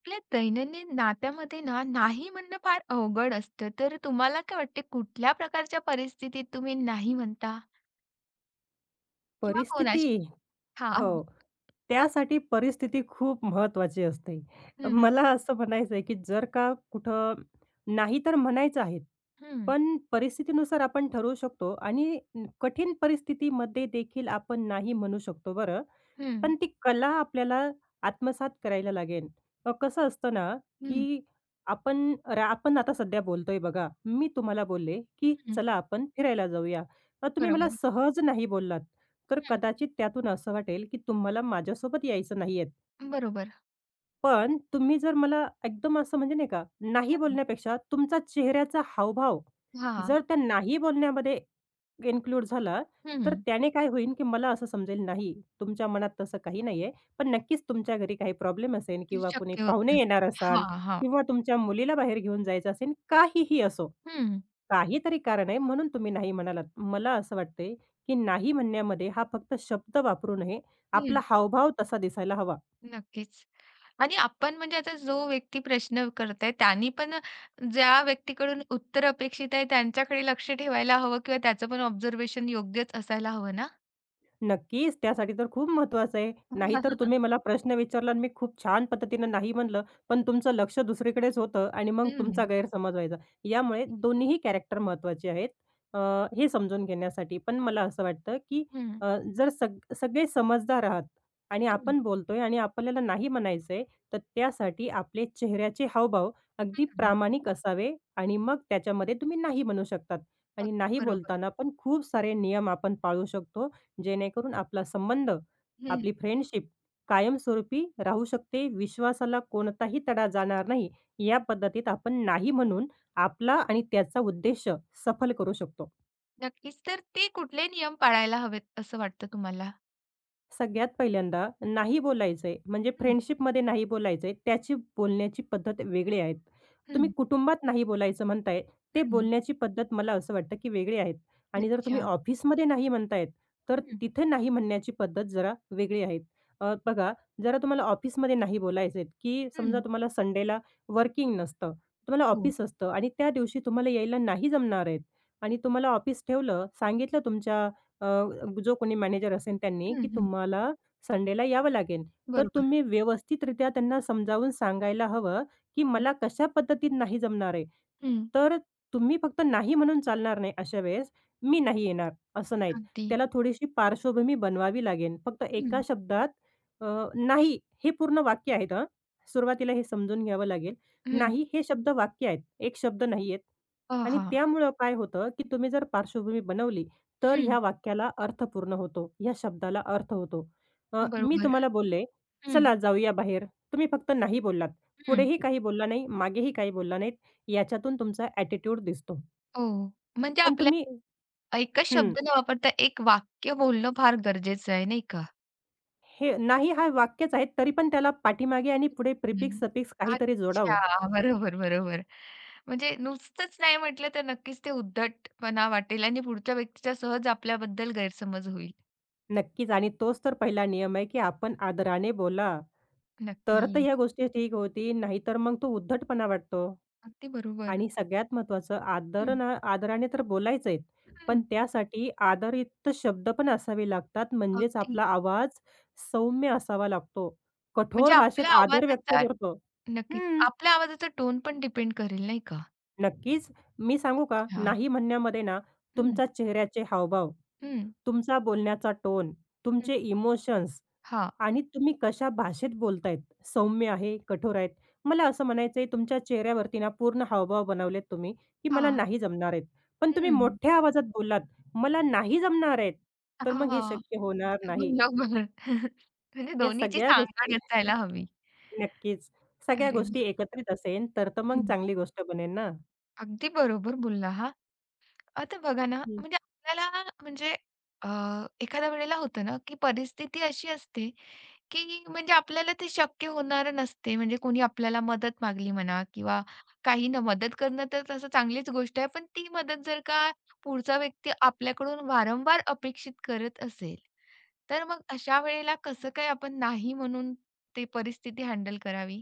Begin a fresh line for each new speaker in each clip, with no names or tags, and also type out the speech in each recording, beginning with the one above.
आपल्या दैनंदिन नात्यामध्ये ना, नाही म्हणणं फार अवघड असतं. तर तुम्हाला काय वाटते कुठल्या प्रकारच्या परिस्थितीत तुम्ही नाही म्हणता? किंवा कोणाशी?
परिस्थिती.
हां.
हो. त्यासाठी परिस्थिती खूप महत्त्वाची असते.
हं,
मला असं म्हणायचं आहे, की जर का कुठं नाही तर म्हणायचं आहे.
हं,
पण परिस्थितीनुसार आपण ठरवू शकतो आणि कठीण परिस्थितीमध्ये देखील आपण नाही म्हणू शकतो बरं.
हं,
पण ती कला आपल्याला आत्मसात करायला लागेल. कसं असतं ना,
हं,
की आपण आता सध्या बोलतोय बघा. मी तुम्हाला बोलले, की
हं.
"चला आपण फिरायला जाऊया." तर तुम्ही मला
बरोबर.
सहज नाही बोललात. तर
हं.
कदाचित त्यातून असं वाटेल, की तुम्हाला माझ्यासोबत यायचं नाहीये.
बरोबर.
पण तुम्ही जर मला एकदम असं म्हणजे नाही का, नाही
हं.
बोलण्यापेक्षा तुमचा चेहऱ्याचा हावभाव
हां.
जर त्या नाही बोलण्यामध्ये इन्क्लूड झाला, तर
हं.
त्याने काय होईल, की मला असं समजेल नाही, तुमच्या मनात तसं काही नाहीये. पण नक्कीच तुमच्या घरी काही प्रॉब्लेम असेल
ते
किंवा कुणी
शक्य होत
पाहुणे
नसेल.
येणार असाल
हां, हां.
किंवा तुमच्या मुलीला बाहेर घेऊन जायचं असेल, काहीही असो.
हं,
काहीतरी कारण आहे म्हणून तुम्ही नाही म्हणालात. मला असं वाटतंय, की नाही म्हणण्यामध्ये हा फक्त शब्द वापरू नये, आपला
हं.
हावभाव तसा दिसायला हवा.
नक्कीच. आणि आपण म्हणजे आता जो व्यक्ती प्रश्न करताय त्यांनी पण ज्या व्यक्तीकडून उत्तर अपेक्षित आहे त्यांच्याकडे लक्ष ठेवायला हवं किंवा त्याचं पण ऑब्झर्वेशन योग्यच असायला हवं ना?
नक्कीच, त्यासाठी तर खूप महत्त्वाचं आहे. नाहीतर
हं,
तुम्ही मला प्रश्न विचारला आणि मी खूप छान पद्धतीनं नाही म्हणलं, पण तुमचं लक्ष दुसरीकडेच होतं आणि मग तुमचा
हं,
गैरसमज व्हायचा. यामुळे दोन्हीही कॅरेक्टर महत्त्वाचे आहेत अ, हे समजून घेण्यासाठी. पण मला असं वाटतं, की
हं,
जर सगळे समजदार आहात आणि
हं.
आपण बोलतोय आणि आपल्याला नाही म्हणायचंय, तर त्यासाठी आपले चेहऱ्याचे हावभाव अगदी प्रामाणिक असावे आणि मग त्याच्यामध्ये तुम्ही नाही म्हणू शकतात. आणि
अगदी
नाही
बरोबर.
बोलताना पण खूप सारे नियम आपण पाळू शकतो. जेणेकरून आपला संबंध,
हं,
आपली फ्रेंडशिप कायमस्वरूपी राहू शकते. विश्वासाला कोणताही तडा जाणार नाही. या पद्धतीत आपण नाही म्हणून आपला आणि त्याचा उद्देश सफल करू शकतो.
नक्कीच. तर ते कुठले नियम पाळायला हवेत असं वाटतं तुम्हाला?
सगळ्यात पहिल्यांदा नाही बोलायचंय, म्हणजे
हं,
फ्रेंडशिपमध्ये नाही बोलायचंय, त्याची बोलण्याची पद्धत वेगळी आहे. तुम्ही
हं,
कुटुंबात नाही बोलायचं म्हणताय, ते
हं.
बोलण्याची पद्धत मला असं वाटतं की वेगळी आहे आणि जर तुम्ही
अच्छा.
ऑफिसमध्ये नाही म्हणतायत, तर
हं,
तिथे नाही म्हणण्याची पद्धत जरा वेगळी आहे. बघा, जरा तुम्हाला ऑफिसमध्ये नाही बोलायचंय, की समजा
हं.
तुम्हाला संडेला वर्किंग नसतं, तुम्हाला
हो.
ऑफिस असतं आणि त्या दिवशी तुम्हाला यायला नाही जमणार आहेत आणि तुम्हाला ऑफिस ठेवलं, सांगितलं तुमच्या अ, जो कोणी मॅनेजर असेल त्यांनी,
हं,
की
हं.
तुम्हाला संडेला यावं लागेल. तर
बरोबर.
तुम्ही व्यवस्थितरित्या त्यांना समजावून सांगायला हवं, की
हं,
मला कशा पद्धतीत नाही जमणार आहे.
हं.
तर तुम्ही फक्त नाही म्हणून चालणार नाही अशा वेळेस, "मी नाही येणार" असं नाहीत.
अगदी.
त्याला थोडीशी पार्श्वभूमी बनवावी लागेल. फक्त एका
हं,
शब्दात अ, "नाही" हे पूर्ण वाक्य आहेत हां. सुरुवातीला हे समजून घ्यावं लागेल.
हं.
"नाही" हे शब्द वाक्य आहेत. एक शब्द नाही आहेत. आणि
आहा!
त्यामुळं काय होतं, की तुम्ही जर पार्श्वभूमी बनवली, तर
हं.
ह्या वाक्याला अर्थ पूर्ण होतो. ह्या शब्दाला अर्थ होतो. मी
बरोबर.
तुम्हाला बोलले,
हं,
"चला जाऊया बाहेर." तुम्ही फक्त नाही बोललात.
हं.
पुढेही काही बोलला नाही, मागेही काही बोलला नाहीत. याच्यातून तुमचा ॲटिट्यूड दिसतो.
हो. म्हणजे
पण
आपल्या
तुम्ही हं.
एकच शब्द न वापरता एक वाक्य बोलणं फार गरजेचं आहे, नाही का?
हे नाही हा वाक्यच आहे, तरी पण त्याला पाठीमागे आणि पुढे प्रिफिक्स,
हं.
सफिक्स काहीतरी जोडावं.
अच्छा. बरोबर, बरोबर. म्हणजे नुसतंच नाही म्हटलं तर नक्कीच ते उद्धटपणा वाटेल आणि पुढच्या व्यक्तीचा सहज आपल्याबद्दल गैरसमज होईल.
नक्कीच आणि तोच तर पहिला नियम आहे, की आपण आदराने बोला. तर
नक्की.
तर ह्या गोष्टी ठीक होतील, नाहीतर मग तो उद्धटपणा वाटतो.
अगदी बरोबर.
आणि सगळ्यात महत्त्वाचं आदर
हं.
ना आदराने तर बोलायचं आहे,
हं.
पण त्यासाठी आदरयुक्त शब्द पण असावे लागतात. म्हणजेच
अगदी.
आपला आवाज सौम्य असावा लागतो.
म्हणजे
कठोर
आपल्या
भाषेत आदर व्यक्त
आवाजाचा
करतो.
नक्कीच. आपल्या आवाजाचा टोन पण डिपेंड करेल नाही का?
नक्कीच. मी सांगू का?
अच्छा.
नाही म्हणण्यामध्ये ना,
हं,
तुमच्या चेहऱ्याचे हावभाव,
हं.
तुमचा बोलण्याचा टोन,
हं.
तुमचे इमोशन्स
हां.
आणि तुम्ही कशा भाषेत बोलतायत, सौम्य आहे, कठोर आहेत. मला असं म्हणायचंय तुमच्या
हं.
चेहऱ्यावरती ना पूर्ण हावभाव बनवलेत तुम्ही, की मला नाही जमणार आहेत. पण तुम्ही
हं.
मोठ्या आवाजात बोललात, "मला नाही जमणार आहेत." तर मग हे
हां.
शक्य होणार नाही.
बरोबर. म्हणजे
या
दोन्हीची
सगळ्या
सांगड
गोष्टी
असायला हवी.
नक्कीच. सगळ्या
अरे
गोष्टी
वाह!
एकत्रित असेन तर, तर मग
हं.
चांगली गोष्ट बनेल ना.
अगदी बरोबर बोलला हां. आता बघा ना, म्हणजे आपल्याला म्हणजे अ, एखाद्या वेळेला होतं ना, की परिस्थिती अशी असते, की म्हणजे आपल्याला ते शक्य होणारं नसते. म्हणजे कोणी आपल्याला मदत मागली म्हणा किंवा काही ना मदत करणं तर तसं चांगलीच गोष्ट आहे. पण ती मदत जर का पुढचा व्यक्ती आपल्याकडून वारंवार अपेक्षित करत असेल, तर मग अशा वेळेला कसं काय आपण नाही म्हणून ती परिस्थिती हँडल करावी?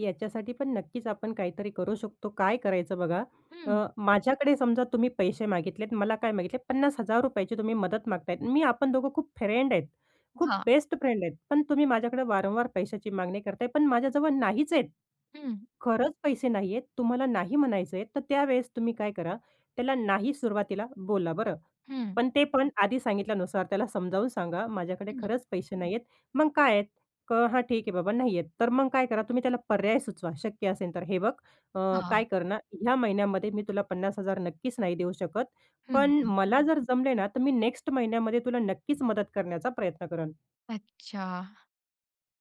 याच्यासाठी पण नक्कीच आपण काहीतरी करू शकतो. काय करायचं बघा,
हं.
माझ्याकडे समजा तुम्ही पैसे मागितलेत, मला काय मागितले ₹50,000 तुम्ही मदत मागतायत. मी आपण दोघं खूप फ्रेंड आहेत, खूप
हां.
बेस्ट फ्रेंड आहेत. पण तुम्ही माझ्याकडे वारंवार पैशाची मागणी करताय, पण माझ्याजवळ नाहीच आहेत.
हं,
खरंच पैसे नाहीयेत, तुम्हाला नाही म्हणायचंय, तर त्यावेळेस तुम्ही काय करा, त्याला नाही सुरुवातीला बोला बरं.
हं,
पण ते पण आधी सांगितल्यानुसार त्याला समजावून सांगा, "माझ्याकडे
हं.
खरंच पैसे नाहीयेत." मग काय आहेत? " हां, ठीक आहे बाबा, नाहीयेत." तर मग काय करा, तुम्ही त्याला पर्याय सुचवा शक्य असेल तर. "हे बघ,
हां.
काय कर ना, ह्या महिन्यामध्ये मी तुला 50,000 नक्कीच नाही देऊ शकत.
हं,
पण मला जर जमले ना, तर मी नेक्स्ट महिन्यामध्ये तुला नक्कीच मदत करण्याचा प्रयत्न करेन."
अच्छा.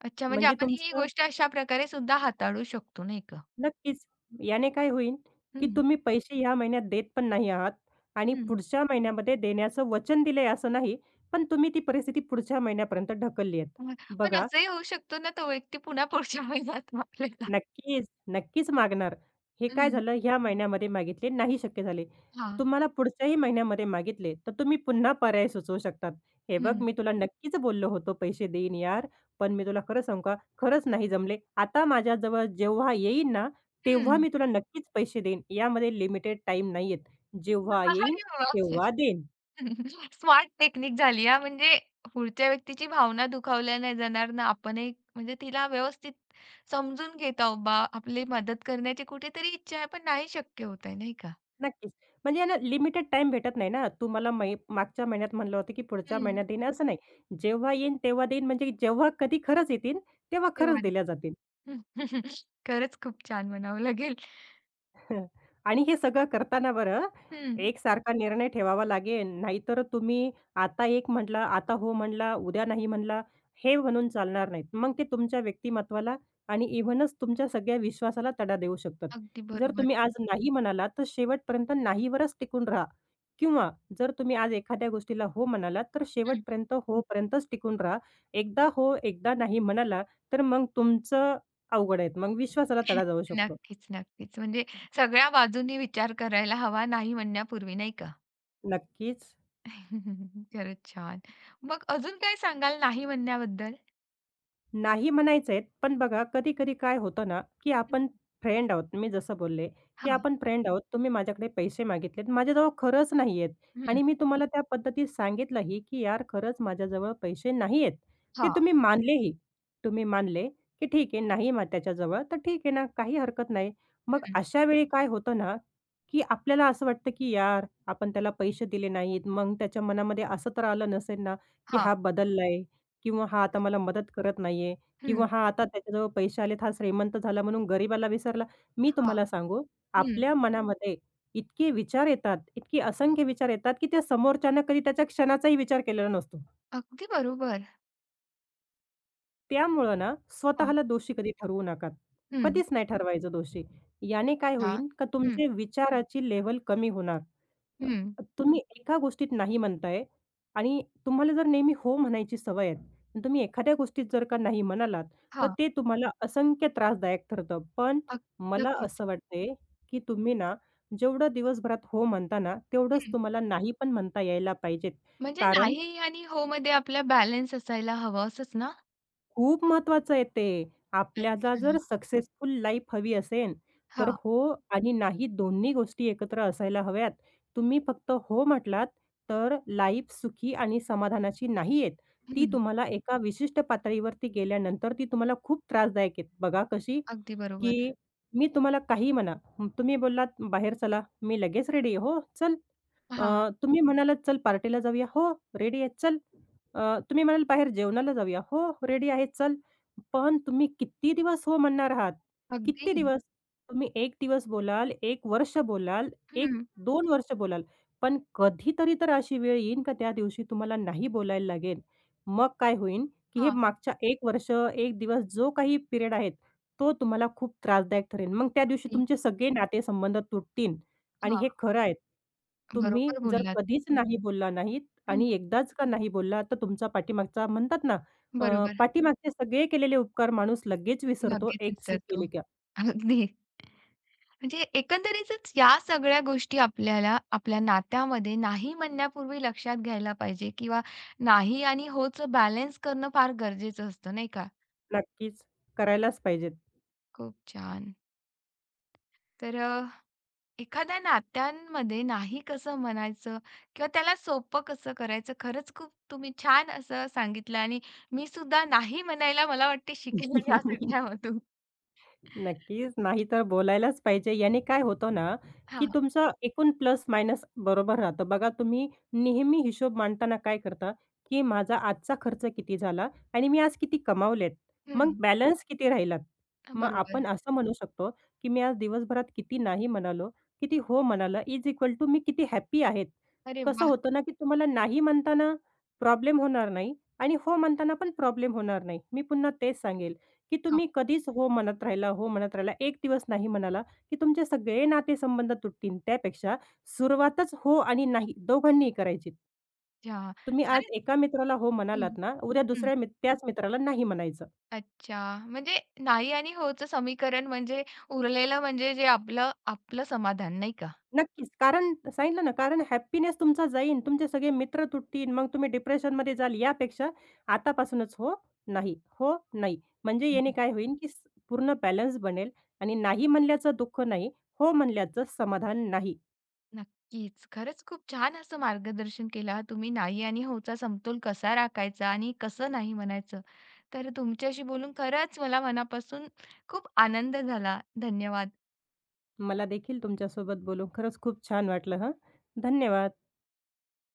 अच्छा, म्हणजे
म्हणजे
आपण ही
तुमचं
गोष्ट अशा प्रकारे सुद्धा हाताळू शकतो, नाही का?
नक्कीच. याने काय होईल, की
हं,
तुम्ही पैसे ह्या महिन्यात देत पण नाही आहात आणि
हं.
पुढच्या महिन्यामध्ये देण्याचं वचन दिलंय असं नाही, पण तुम्ही ती परिस्थिती पुढच्या महिन्यापर्यंत ढकलली आहेत.
मग पण
बघा
असंही होऊ शकतो ना, तो व्यक्ती पुन्हा पुढच्या महिन्यात आपल्याला
नक्कीच, नक्कीच मागणार. हे काय
हं,
झालं ह्या महिन्यामध्ये मागितले, नाही शक्य झाले.
हां.
तुम्हाला पुढच्याही महिन्यामध्ये मागितले, तर तुम्ही पुन्हा पर्याय सुचवू शकतात. "हे बघ,
हं,
मी तुला नक्कीच बोललो होतो पैसे देईन यार, पण मी तुला खरं सांगू का, खरंच नाही जमले. आता माझ्याजवळ जेव्हा येईन ना, तेव्हा
हं.
मी तुला नक्कीच पैसे देईन. यामध्ये लिमिटेड टाईम नाहीयेत. जेव्हा येईन,
अरे वाह!
तेव्हा देईन."
स्मार्ट टेक्निक झाली हां, म्हणजे पुढच्या व्यक्तीची भावना दुखावल्या नाही जाणार ना, आपणही म्हणजे तिला व्यवस्थित समजून घेत आहोत बा, आपली मदत करण्याची कुठेतरी इच्छा आहे, पण नाही शक्य होत आहे, नाही का?
नक्कीच. म्हणजे ना लिमिटेड टाइम भेटत नाही ना. तू मला मागच्या महिन्यात म्हणलं होतं, की पुढच्या
हं,
महिन्यात देईन असं नाही. जेव्हा येईन तेव्हा देईन म्हणजे जेव्हा कधी खरंच येतील, तेव्हा
ते
खरंच
वाली.
दिल्या जातील.
खरंच खूप छान म्हणावं लागेल.
हं. आणि हे सगळं करताना बरं,
हं,
एकसारखा निर्णय ठेवावा लागेल. नाहीतर तुम्ही आता एक म्हटला, आता हो म्हणला, उद्या नाही म्हणला, हे म्हणून चालणार नाहीत. मग ते तुमच्या व्यक्तिमत्त्वाला आणि इव्हनच तुमच्या सगळ्या विश्वासाला तडा देऊ शकतात.
अगदी
जर तुम्ही
बरोबर.
आज नाही म्हणालात, तर शेवटपर्यंत नाहीवरच टिकून राहा किंवा जर तुम्ही आज एखाद्या गोष्टीला हो म्हणालात, तर
हं.
शेवटपर्यंत होपर्यंतच टिकून राहा. एकदा हो, एकदा नाही म्हणाला, तर मग तुमचं अवघड आहे. मग विश्वासाला तडा जाऊ शकतो.
नक्कीच, नक्कीच. म्हणजे सगळ्या बाजूंनी विचार करायला हवा नाही म्हणण्यापूर्वी, नाही का?
नक्कीच.
खरंच छान. मग अजून काय सांगाल नाही म्हणण्याबद्दल?
नाही म्हणायचेत, पण बघा कधी-कधी काय होतं ना, की आपण फ्रेंड आहोत. मी जसं बोलले, की
हां.
आपण फ्रेंड आहोत. तुम्ही माझ्याकडे पैसे मागितलेत. माझ्याजवळ खरंच नाहीयेत
हं.
आणि मी तुम्हाला त्या पद्धतीत सांगितलंही, की यार खरंच माझ्याजवळ पैसे नाहीयेत. ते
हां.
तुम्ही मानलेही. तुम्ही मानले, की ठीक आहे नाही मग त्याच्याजवळ तर ठीक आहे ना, काही हरकत नाही. मग
हं.
अशा वेळी काय होतं ना, की आपल्याला असं वाटतं, की यार आपण त्याला पैसे दिले नाहीत. मग त्याच्या मनामध्ये असं तर आलं नसेल ना, की
हां.
हा बदललाय. किंवा हा आता मला मदत करत नाहीये किंवा
हं.
हा आता त्याच्याजवळ पैसे आलेत, हा श्रीमंत झाला म्हणून गरिबाला विसरला. मी
हां.
तुम्हाला सांगू,
हं.
आपल्या मनामध्ये इतके विचार येतात, इतके असंख्य विचार येतात, की त्या समोरच्यानं कधी त्याच्या क्षणाचाही विचार केलेला नसतो.
अगदी बरोबर.
त्यामुळं ना,
हां.
स्वतःला दोषी कधी ठरवू नका.
हं.
कधीच नाही ठरवायचं दोषी. याने काय
अच्छा.
होईल का
हं.
तुमचे विचाराची लेवल कमी होणार.
हं.
अ, तुम्ही एका गोष्टीत नाही म्हणताय आणि तुम्हाला जर नेहमी हो म्हणायची सवय आहे आणि तुम्ही एखाद्या गोष्टीत जर का नाही म्हणालात, तर
हां.
ते तुम्हाला असंख्य त्रासदायक ठरतं. पण
अग
मला
नक्कीच.
असं वाटतंय, की तुम्ही ना, जेवढं दिवसभरात हो म्हणता ना, तेवढंच
हं.
तुम्हाला नाही पण म्हणता यायला पाहिजेत.
म्हणजे
कारण
नाही आणि हो मध्ये आपला बॅलन्स असायला हवा असंच ना?
खूप महत्वाचं आहे ते. आपल्याला जर
अच्छा.
सक्सेसफुल लाईफ हवी असेल, तर
हां.
हो आणि नाही दोन्ही गोष्टी एकत्र असायला हव्यात. तुम्ही फक्त हो म्हटलात, तर लाईफ सुखी आणि समाधानाची नाही आहेत. ती
हं.
तुम्हाला एका विशिष्ट पातळीवरती गेल्यानंतर ती तुम्हाला खूप त्रासदायक आहेत. बघा कशी,
अगदी बरोबर.
की मी तुम्हाला काहीही म्हणा, तुम्ही बोललात, "बाहेर चला." मी लगेच रेडी आहे. "हो, चल."
हां.
तुम्ही म्हणालात, "चल पार्टीला जाऊया." "हो, रेडी आहे. चल." तुम्ही म्हणाल, "बाहेर जेवणाला जाऊया." "हो, रेडी आहे, चल." पण तुम्ही किती दिवस हो म्हणणार आहात?
अगदी.
किती दिवस? तुम्ही 1 दिवस बोलाल, 1 वर्ष बोलाल,
हं.
1-2 वर्ष बोलाल, पण कधीतरी तर अशी वेळ येईन का त्या दिवशी तुम्हाला नाही बोलायला लागेल. मग काय होईन, की हे
हां.
मागच्या 1 वर्ष, 1 दिवस जो काही पिरियड आहे, तो तुम्हाला खूप त्रासदायक ठरेल. मग त्या दिवशी
ते
तुमचे सगळे नातेसंबंध तुटतील आणि हे
हां,
खरं आहे. तुम्ही
बरोबर
जर
बोललात.
कधीच नाही बोलला नाहीत,
हं,
आणि एकदाच का नाही बोलला, तर तुमचा पाठीमागचा म्हणतात ना,
बरोबर.
पाठीमागचे सगळे केलेले उपकार माणूस लगेच विसरतो,
लगेच
एक चूक
विसरतो.
केली का.
अगदी. म्हणजे एकंदरीतच या सगळ्या गोष्टी आपल्याला आपल्या नात्यामध्ये नाही म्हणण्यापूर्वी लक्षात घ्यायला पाहिजे किंवा नाही आणि होचं बॅलन्स करणं फार गरजेचं असतं, नाही का?
नक्कीच, करायलाच पाहिजेत.
खूप छान. तर एखाद्या नात्यांमध्ये नाही कसं म्हणायचं किंवा त्याला सोपं कसं करायचं, खरंच खूप तुम्ही छान असं सांगितलं आणि मी सुद्धा नाही म्हणायला मला वाटते शिकेल या सगळ्यामधून.
नक्कीच. नाही तर बोलायलाच पाहिजे. याने काय होतं ना, की
हां.
तुमचं एकूण प्लस-मायनस बरोबर राहतं. बघा तुम्ही नेहमी हिशोब मांडताना काय करता, की माझा आजचा खर्च किती झाला आणि मी आज किती कमावलेत. मग
हं,
बॅलन्स किती राहिलात.
हां,
मग आपण
बरोबर.
असं म्हणू शकतो, की मी आज दिवसभरात किती नाही म्हणालो, किती हो म्हणालं इज इक्वल टू मी किती हॅपी आहेत.
अरे
कसं
वाह!
होतं ना, की तुम्हाला नाही म्हणताना प्रॉब्लेम होणार नाही आणि हो म्हणताना पण प्रॉब्लेम होणार नाही. मी पुन्हा तेच सांगेल, की तुम्ही कधीच हो म्हणत राहिला, हो म्हणत राहिला. एक दिवस नाही म्हणाला, की तुमचे सगळे नातेसंबंध तुटतील. त्यापेक्षा सुरुवातच हो आणि नाही दोघांनीही करायची.
अच्छा.
तुम्ही आज
खरंच
एका मित्राला हो
हं,
म्हणालात ना, उद्या
हं.
दुसऱ्या त्याच मित्राला नाही म्हणायचं.
अच्छा. म्हणजे नाही आणि होचं समीकरण म्हणजे उरलेलं म्हणजे जे आपलं आपलं समाधान नाही का?
नक्कीच. कारण सांगितलं ना, कारण हॅपीनेस तुमचा जाईल, तुमचे सगळे मित्र तुटतील, मग तुम्ही डिप्रेशनमध्ये जाल. यापेक्षा आतापासूनच हो, नाही, हो, नाही. म्हणजे
हं.
याने काय होईल, की पूर्ण बॅलन्स बनेल आणि नाही म्हणल्याचं दुःख नाही, हो म्हणल्याचं समाधान नाही.
नक्कीच. खरंच खूप छान असं मार्गदर्शन केलं हां तुम्ही. नाही आणि होचा समतोल कसा राखायचा आणि कसं नाही म्हणायचं. तर तुमच्याशी बोलून खरंच मला मनापासून खूप आनंद झाला. धन्यवाद.
मला देखील तुमच्यासोबत बोलून खरंच खूप छान वाटलं हं. धन्यवाद.